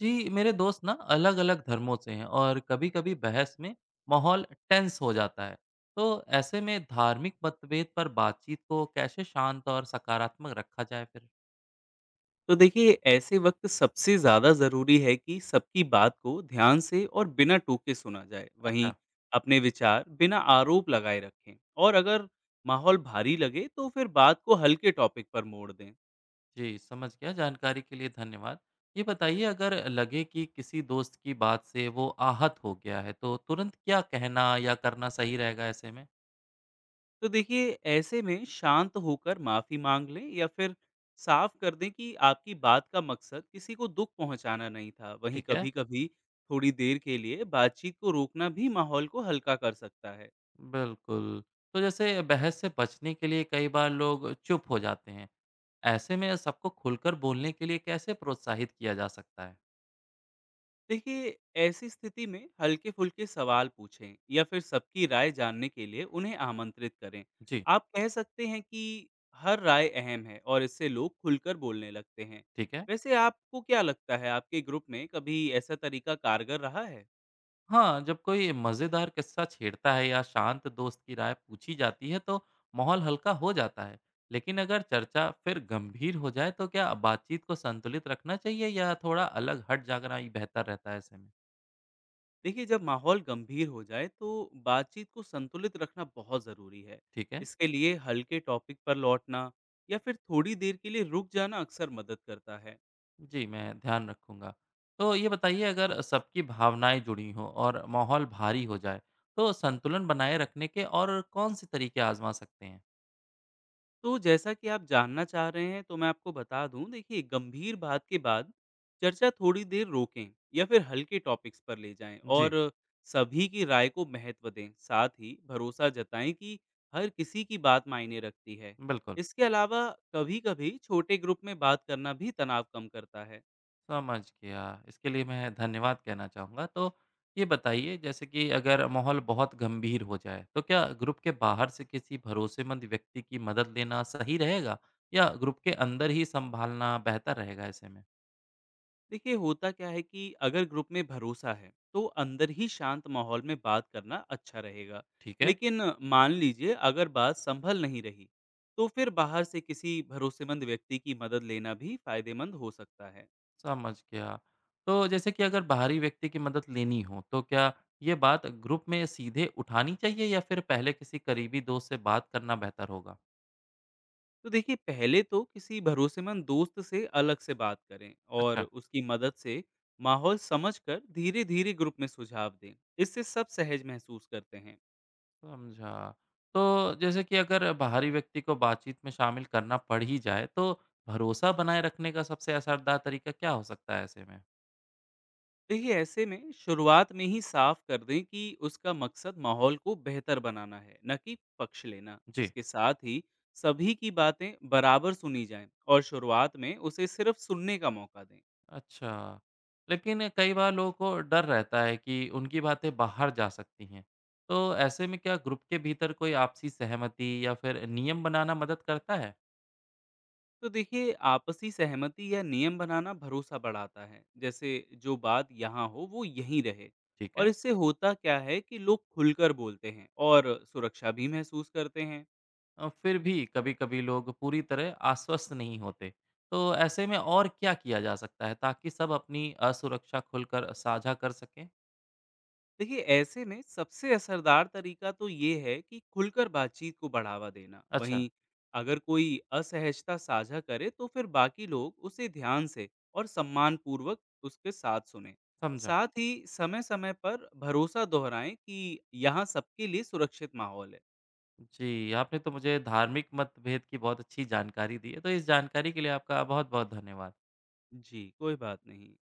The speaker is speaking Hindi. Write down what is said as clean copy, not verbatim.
जी, मेरे दोस्त ना अलग-अलग धर्मों से हैं और कभी-कभी बहस में माहौल टेंस हो जाता है। तो ऐसे में धार्मिक मतभेद पर बातचीत को कैसे शांत और सकारात्मक रखा जाए फिर? तो देखिए ऐसे वक्त सबसे ज़्यादा ज़रूरी है कि सबकी बात को ध्यान से और बिना टोके सुना जाए। वहीं अच्छा, अपने विचार बिना आरोप लगाए रखें, और अगर माहौल भारी लगे तो फिर बात को हल्के टॉपिक पर मोड़ दें। जी समझ गया। जानकारी के लिए धन्यवाद। ये बताइए अगर लगे कि किसी दोस्त की बात से वो आहत हो गया है, तो तुरंत क्या कहना या करना सही रहेगा ऐसे में? तो देखिए ऐसे में शांत होकर माफ़ी मांग लें या फिर साफ कर दें कि आपकी बात का मकसद किसी को दुख पहुंचाना नहीं था। वहीं ठीक है, कभी-कभी थोड़ी देर के लिए बातचीत को रोकना भी माहौल को हल्का कर सकता है। बिल्कुल। तो जैसे बहस से बचने के लिए कई बार लोग चुप हो जाते हैं। ऐसे में सबको खुलकर बोलने के लिए कैसे प्रोत्साहित किया जा सकता है? देखिए ऐसी स्थिति में हल्के फुल्के सवाल पूछें या फिर सबकी राय जानने के लिए उन्हें आमंत्रित करें। जी, आप कह सकते हैं कि हर राय अहम है, और इससे लोग खुलकर बोलने लगते हैं। ठीक है। वैसे आपको क्या लगता है, आपके ग्रुप में कभी ऐसा तरीका कारगर रहा है? हाँ, जब कोई मज़ेदार किस्सा छेड़ता है या शांत दोस्त की राय पूछी जाती है तो माहौल हल्का हो जाता है। लेकिन अगर चर्चा फिर गंभीर हो जाए तो क्या बातचीत को संतुलित रखना चाहिए या थोड़ा अलग हट जाना ही बेहतर रहता है ऐसे में? देखिए जब माहौल गंभीर हो जाए तो बातचीत को संतुलित रखना बहुत ज़रूरी है। ठीक है। इसके लिए हल्के टॉपिक पर लौटना या फिर थोड़ी देर के लिए रुक जाना अक्सर मदद करता है। जी, मैं ध्यान रखूँगा। तो ये बताइए अगर सबकी भावनाएँ जुड़ी हों और माहौल भारी हो जाए, तो संतुलन बनाए रखने के और कौन-से तरीके आज़मा सकते हैं? तो जैसा कि आप जानना चाह रहे हैं तो मैं आपको बता दूं, देखिए गंभीर बात के बाद चर्चा थोड़ी देर रोकें या फिर हल्के टॉपिक्स पर ले जाएं, जी। और सभी की राय को महत्व दें। साथ ही भरोसा जताएं कि हर किसी की बात मायने रखती है। बिल्कुल, इसके अलावा कभी-कभी छोटे ग्रुप में बात करना भी तनाव कम करता है। समझ गया। इसके लिए मैं धन्यवाद कहना चाहूँगा। तो ये बताइए जैसे कि अगर माहौल बहुत गंभीर हो जाए, तो क्या ग्रुप के बाहर से किसी भरोसेमंद व्यक्ति की मदद लेना सही रहेगा या ग्रुप के अंदर ही सँभालना बेहतर रहेगा ऐसे में? देखिए होता क्या है कि अगर ग्रुप में भरोसा है तो अंदर ही शांत माहौल में बात करना अच्छा रहेगा। ठीक है, लेकिन मान लीजिए अगर बात संभल नहीं रही तो फिर बाहर से किसी भरोसेमंद व्यक्ति की मदद लेना भी फायदेमंद हो सकता है। समझ गया। तो जैसे कि अगर बाहरी व्यक्ति की मदद लेनी हो, तो क्या ये बात ग्रुप में सीधे उठानी चाहिए या फिर पहले किसी करीबी दोस्त से बात करना बेहतर होगा? तो देखिए पहले तो किसी भरोसेमंद दोस्त से अलग से बात करें, और अच्छा। उसकी मदद से माहौल समझकर धीरे धीरे ग्रुप में सुझाव दें। इससे सब सहज महसूस करते हैं। समझा। तो जैसे कि अगर बाहरी व्यक्ति को बातचीत में शामिल करना पड़ ही जाए, तो भरोसा बनाए रखने का सबसे असरदार तरीका क्या हो सकता है ऐसे में? देखिए ऐसे में शुरुआत में ही साफ कर दें कि उसका मकसद माहौल को बेहतर बनाना है, न कि पक्ष लेना। जी। उसके साथ ही सभी की बातें बराबर सुनी जाएं और शुरुआत में उसे सिर्फ सुनने का मौका दें। अच्छा। लेकिन कई बार लोगों को डर रहता है कि उनकी बातें बाहर जा सकती हैं। तो ऐसे में क्या ग्रुप के भीतर कोई आपसी सहमति या फिर नियम बनाना मदद करता है? तो देखिए आपसी सहमति या नियम बनाना भरोसा बढ़ाता है। जैसे जो बात यहाँ हो वो यहीं रहे, ठीक और है। इससे होता क्या है कि लोग खुलकर बोलते हैं और सुरक्षा भी महसूस करते हैं। फिर भी कभी-कभी लोग पूरी तरह आश्वस्त नहीं होते। तो ऐसे में और क्या किया जा सकता है ताकि सब अपनी असुरक्षा खुलकर साझा कर सकें? देखिए ऐसे में सबसे असरदार तरीका तो ये है कि खुलकर बातचीत को बढ़ावा देना। अच्छा, वहीं अगर कोई असहजता साझा करे तो फिर बाकी लोग उसे ध्यान से और सम्मान पूर्वक उसके साथ सुने। समझा। साथ ही समय समय पर भरोसा दोहराएं कि यहाँ सबके लिए सुरक्षित माहौल है। जी, आपने तो मुझे धार्मिक मतभेद की बहुत अच्छी जानकारी दी है। तो इस जानकारी के लिए आपका बहुत-बहुत धन्यवाद। जी कोई बात नहीं।